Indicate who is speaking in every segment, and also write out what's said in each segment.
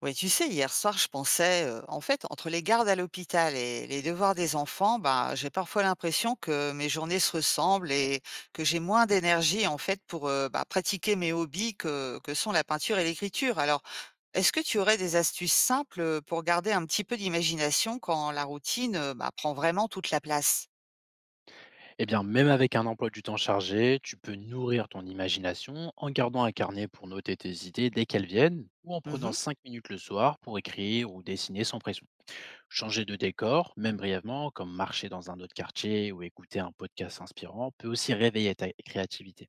Speaker 1: Oui, tu sais, hier soir, je pensais, en fait, entre les gardes à l'hôpital et les devoirs des enfants, bah, j'ai parfois l'impression que mes journées se ressemblent et que j'ai moins d'énergie, en fait, pour bah, pratiquer mes hobbies que sont la peinture et l'écriture. Alors, est-ce que tu aurais des astuces simples pour garder un petit peu d'imagination quand la routine bah, prend vraiment toute la place?
Speaker 2: Eh bien, même avec un emploi du temps chargé, tu peux nourrir ton imagination en gardant un carnet pour noter tes idées dès qu'elles viennent ou en prenant 5 minutes le soir pour écrire ou dessiner sans pression. Changer de décor, même brièvement, comme marcher dans un autre quartier ou écouter un podcast inspirant, peut aussi réveiller ta créativité.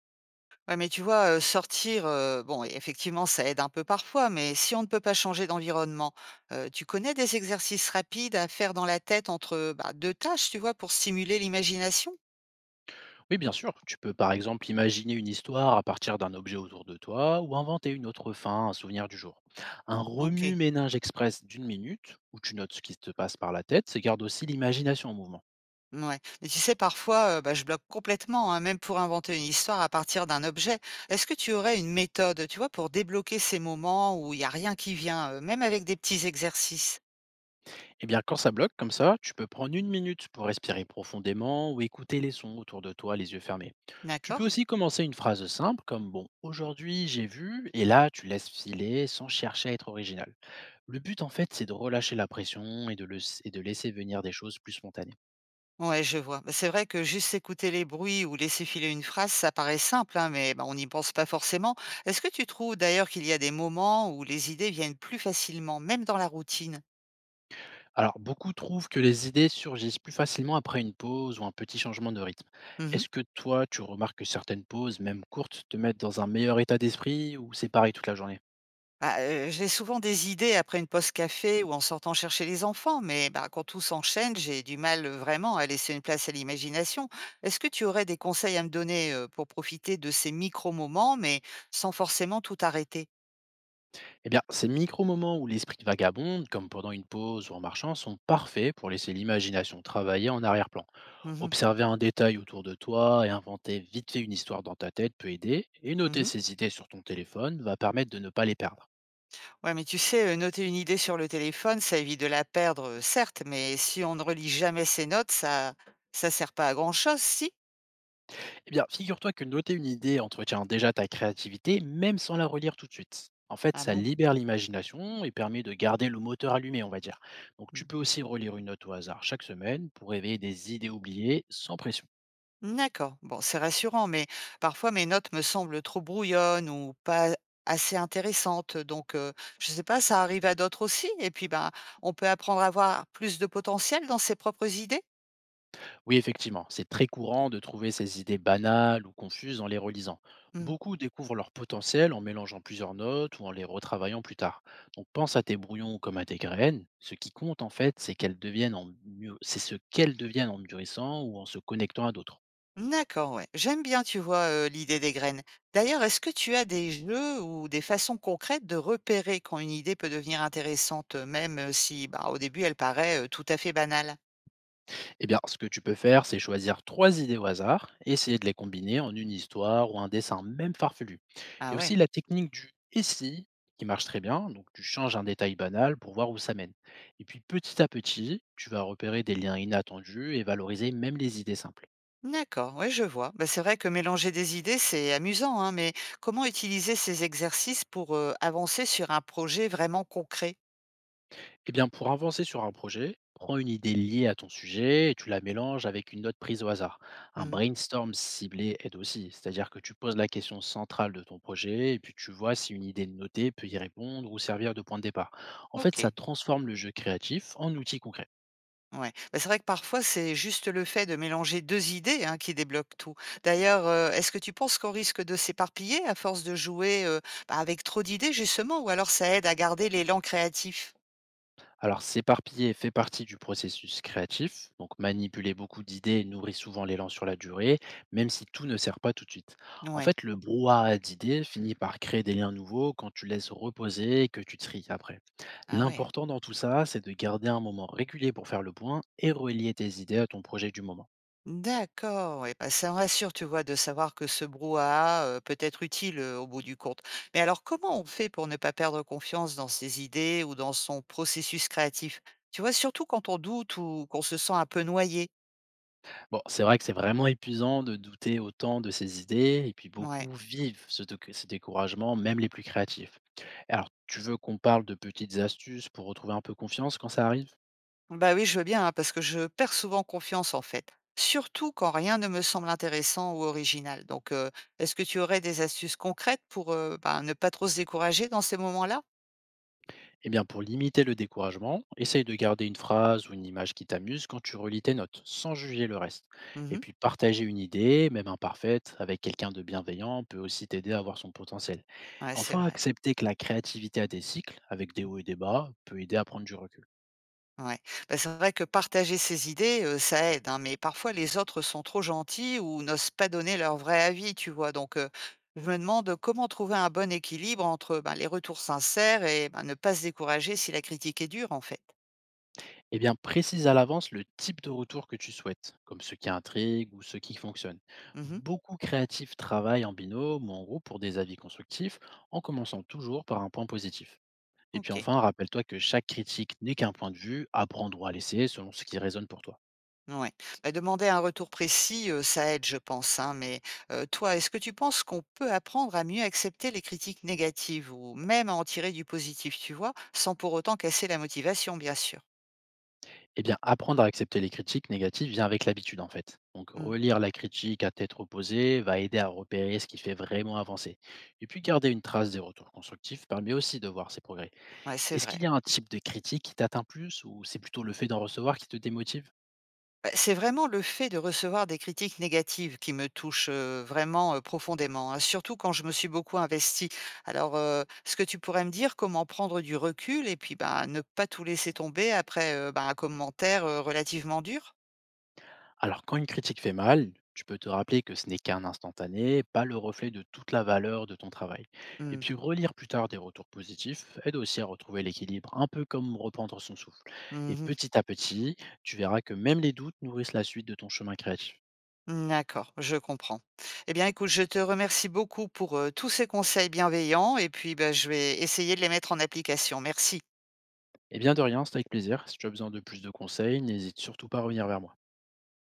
Speaker 1: Ouais, mais tu vois, sortir, bon, effectivement, ça aide un peu parfois, mais si on ne peut pas changer d'environnement, tu connais des exercices rapides à faire dans la tête entre, bah, 2 tâches, tu vois, pour stimuler l'imagination?
Speaker 2: Oui, bien sûr, tu peux par exemple imaginer une histoire à partir d'un objet autour de toi ou inventer une autre fin, un souvenir du jour. Un
Speaker 1: OK.
Speaker 2: remue-ménage express d'1 minute, où tu notes ce qui te passe par la tête, se garde aussi l'imagination en mouvement.
Speaker 1: Ouais. Mais tu sais, parfois, bah, je bloque complètement, hein, même pour inventer une histoire à partir d'un objet. Est-ce que tu aurais une méthode, tu vois, pour débloquer ces moments où il y a rien qui vient, même avec des petits exercices?
Speaker 2: Eh bien, quand ça bloque comme ça, tu peux prendre 1 minute pour respirer profondément ou écouter les sons autour de toi les yeux fermés. Tu
Speaker 1: D'accord.
Speaker 2: peux aussi commencer une phrase simple comme bon, aujourd'hui j'ai vu, et là tu laisses filer sans chercher à être original. Le but en fait, c'est de relâcher la pression et de laisser venir des choses plus spontanées.
Speaker 1: Ouais, je vois. Bah, c'est vrai que juste écouter les bruits ou laisser filer une phrase, ça paraît simple, hein, mais bah, on n'y pense pas forcément. Est-ce que tu trouves d'ailleurs qu'il y a des moments où les idées viennent plus facilement, même dans la routine?
Speaker 2: Alors, beaucoup trouvent que les idées surgissent plus facilement après une pause ou un petit changement de rythme.
Speaker 1: Mhm.
Speaker 2: Est-ce que toi, tu remarques que certaines pauses, même courtes, te mettent dans un meilleur état d'esprit ou c'est pareil toute la journée?
Speaker 1: Bah, j'ai souvent des idées après une pause café ou en sortant chercher les enfants, mais bah, quand tout s'enchaîne, j'ai du mal vraiment à laisser une place à l'imagination. Est-ce que tu aurais des conseils à me donner pour profiter de ces micro-moments, mais sans forcément tout arrêter?
Speaker 2: Eh bien, ces micro-moments où l'esprit vagabonde, comme pendant une pause ou en marchant, sont parfaits pour laisser l'imagination travailler en arrière-plan. Observer un détail autour de toi et inventer vite fait une histoire dans ta tête peut aider, et noter
Speaker 1: Mhm.
Speaker 2: ces idées sur ton téléphone va permettre de ne pas les perdre.
Speaker 1: Ouais, mais tu sais, noter une idée sur le téléphone, ça évite de la perdre, certes, mais si on ne relit jamais ses notes, ça sert pas à grand-chose, si?
Speaker 2: Eh bien, figure-toi que noter une idée entretient déjà ta créativité, même sans la relire tout de suite. En fait,
Speaker 1: Ah
Speaker 2: ça
Speaker 1: bon?
Speaker 2: libère l'imagination et permet de garder le moteur allumé, on va dire. Donc, tu
Speaker 1: Mmh.
Speaker 2: peux aussi relire une note au hasard chaque semaine pour réveiller des idées oubliées sans pression.
Speaker 1: D'accord, bon, c'est rassurant, mais parfois mes notes me semblent trop brouillonnes ou pas assez intéressantes, donc je sais pas, ça arrive à d'autres aussi? Et puis, ben, on peut apprendre à avoir plus de potentiel dans ses propres idées?
Speaker 2: Oui, effectivement, c'est très courant de trouver ces idées banales ou confuses en les relisant.
Speaker 1: Mmh.
Speaker 2: Beaucoup découvrent leur potentiel en mélangeant plusieurs notes ou en les retravaillant plus tard. Donc pense à tes brouillons comme à tes graines. Ce qui compte en fait, c'est qu'elles deviennent en mû- c'est ce qu'elles deviennent en mûrissant ou en se connectant à d'autres.
Speaker 1: D'accord, ouais. J'aime bien, tu vois, l'idée des graines. D'ailleurs, est-ce que tu as des jeux ou des façons concrètes de repérer quand une idée peut devenir intéressante, même, si, bah, au début, elle paraît, tout à fait banale?
Speaker 2: Eh bien, ce que tu peux faire, c'est choisir trois idées au hasard et essayer de les combiner en une histoire ou un dessin, même farfelu. Il
Speaker 1: Ah
Speaker 2: y a
Speaker 1: ouais.
Speaker 2: aussi la technique du «et si» qui marche très bien, donc tu changes un détail banal pour voir où ça mène. Et puis petit à petit, tu vas repérer des liens inattendus et valoriser même les idées simples.
Speaker 1: D'accord, ouais, je vois. Bah, c'est vrai que mélanger des idées, c'est amusant, hein, mais comment utiliser ces exercices pour, avancer sur un projet vraiment concret?
Speaker 2: Eh bien, pour avancer sur un projet, prends une idée liée à ton sujet et tu la mélanges avec une note prise au hasard. Un
Speaker 1: Mmh.
Speaker 2: brainstorm ciblé aide aussi, c'est-à-dire que tu poses la question centrale de ton projet et puis tu vois si une idée notée peut y répondre ou servir de point de départ. En fait, ça
Speaker 1: OK.
Speaker 2: transforme le jeu créatif en outil concret.
Speaker 1: Ouais. Bah, c'est vrai que parfois, c'est juste le fait de mélanger 2 idées, hein, qui débloque tout. D'ailleurs, est-ce que tu penses qu'on risque de s'éparpiller à force de jouer, bah, avec trop d'idées justement ou alors ça aide à garder l'élan créatif?
Speaker 2: Alors, s'éparpiller fait partie du processus créatif. Donc, manipuler beaucoup d'idées nourrit souvent l'élan sur la durée, même si tout ne sert pas tout de suite. En
Speaker 1: Ouais.
Speaker 2: fait, le brouhaha d'idées finit par créer des liens nouveaux quand tu laisses reposer et que tu tries après.
Speaker 1: Ah ouais.
Speaker 2: L'important dans tout ça, c'est de garder un moment régulier pour faire le point et relier tes idées à ton projet du moment.
Speaker 1: D'accord, ouais, bah, ça me rassure, tu vois, de savoir que ce brouhaha, peut être utile, au bout du compte. Mais alors comment on fait pour ne pas perdre confiance dans ses idées ou dans son processus créatif? Tu vois, surtout quand on doute ou qu'on se sent un peu noyé?
Speaker 2: Bon, c'est vrai que c'est vraiment épuisant de douter autant de ses idées et puis
Speaker 1: Ouais.
Speaker 2: beaucoup vivent ce découragement, même les plus créatifs. Alors, tu veux qu'on parle de petites astuces pour retrouver un peu confiance quand ça arrive?
Speaker 1: Bah oui, je veux bien, hein, parce que je perds souvent confiance en fait, surtout quand rien ne me semble intéressant ou original. Donc, est-ce que tu aurais des astuces concrètes pour bah, ne pas trop se décourager dans ces moments-là?
Speaker 2: Eh bien, pour limiter le découragement, essaye de garder une phrase ou une image qui t'amuse quand tu relis tes notes, sans juger le reste. Et
Speaker 1: Mhm.
Speaker 2: puis, partager une idée, même imparfaite, avec quelqu'un de bienveillant peut aussi t'aider à voir son potentiel.
Speaker 1: Ouais, c'est
Speaker 2: Enfin,
Speaker 1: vrai.
Speaker 2: accepter que la créativité a des cycles, avec des hauts et des bas, peut aider à prendre du recul.
Speaker 1: Ouais. Bah, c'est vrai que partager ses idées, ça aide, hein, mais parfois les autres sont trop gentils ou n'osent pas donner leur vrai avis, tu vois. Donc, je me demande comment trouver un bon équilibre entre bah, les retours sincères et bah, ne pas se décourager si la critique est dure, en fait.
Speaker 2: Eh bien, précise à l'avance le type de retour que tu souhaites, comme ceux qui intriguent ou ceux qui fonctionnent.
Speaker 1: Mhm.
Speaker 2: Beaucoup créatifs travaillent en binôme ou en groupe pour des avis constructifs, en commençant toujours par un point positif. Et puis
Speaker 1: Ok.
Speaker 2: enfin, rappelle-toi que chaque critique n'est qu'un point de vue, apprendre ou à laisser selon ce qui résonne pour toi.
Speaker 1: Ouais. Bah, demander un retour précis, ça aide, je pense, hein, mais, toi, est-ce que tu penses qu'on peut apprendre à mieux accepter les critiques négatives ou même à en tirer du positif, tu vois? Sans pour autant casser la motivation, bien sûr.
Speaker 2: Eh bien, apprendre à accepter les critiques négatives vient avec l'habitude en fait. Donc,
Speaker 1: Mmh.
Speaker 2: relire la critique à tête reposée va aider à repérer ce qui fait vraiment avancer. Et puis, garder une trace des retours constructifs permet aussi de voir ses progrès.
Speaker 1: Ouais, c'est
Speaker 2: Est-ce
Speaker 1: vrai.
Speaker 2: qu'il y a un type de critique qui t'atteint plus ou c'est plutôt le fait d'en recevoir qui te démotive?
Speaker 1: Bah, c'est vraiment le fait de recevoir des critiques négatives qui me touche vraiment, profondément, hein, surtout quand je me suis beaucoup investie. Alors, est-ce que tu pourrais me dire comment prendre du recul et puis, bah, ne pas tout laisser tomber après, bah, un commentaire, relativement dur?
Speaker 2: Alors, quand une critique fait mal, tu peux te rappeler que ce n'est qu'un instantané, pas le reflet de toute la valeur de ton travail. Et
Speaker 1: Mmh.
Speaker 2: puis, relire plus tard des retours positifs aide aussi à retrouver l'équilibre, un peu comme reprendre son souffle. Et
Speaker 1: Mmh.
Speaker 2: petit à petit, tu verras que même les doutes nourrissent la suite de ton chemin créatif.
Speaker 1: D'accord, je comprends. Eh bien, écoute, je te remercie beaucoup pour, tous ces conseils bienveillants et puis, ben, je vais essayer de les mettre en application. Merci.
Speaker 2: Et bien de rien, c'est avec plaisir. Si tu as besoin de plus de conseils, n'hésite surtout pas à revenir vers moi.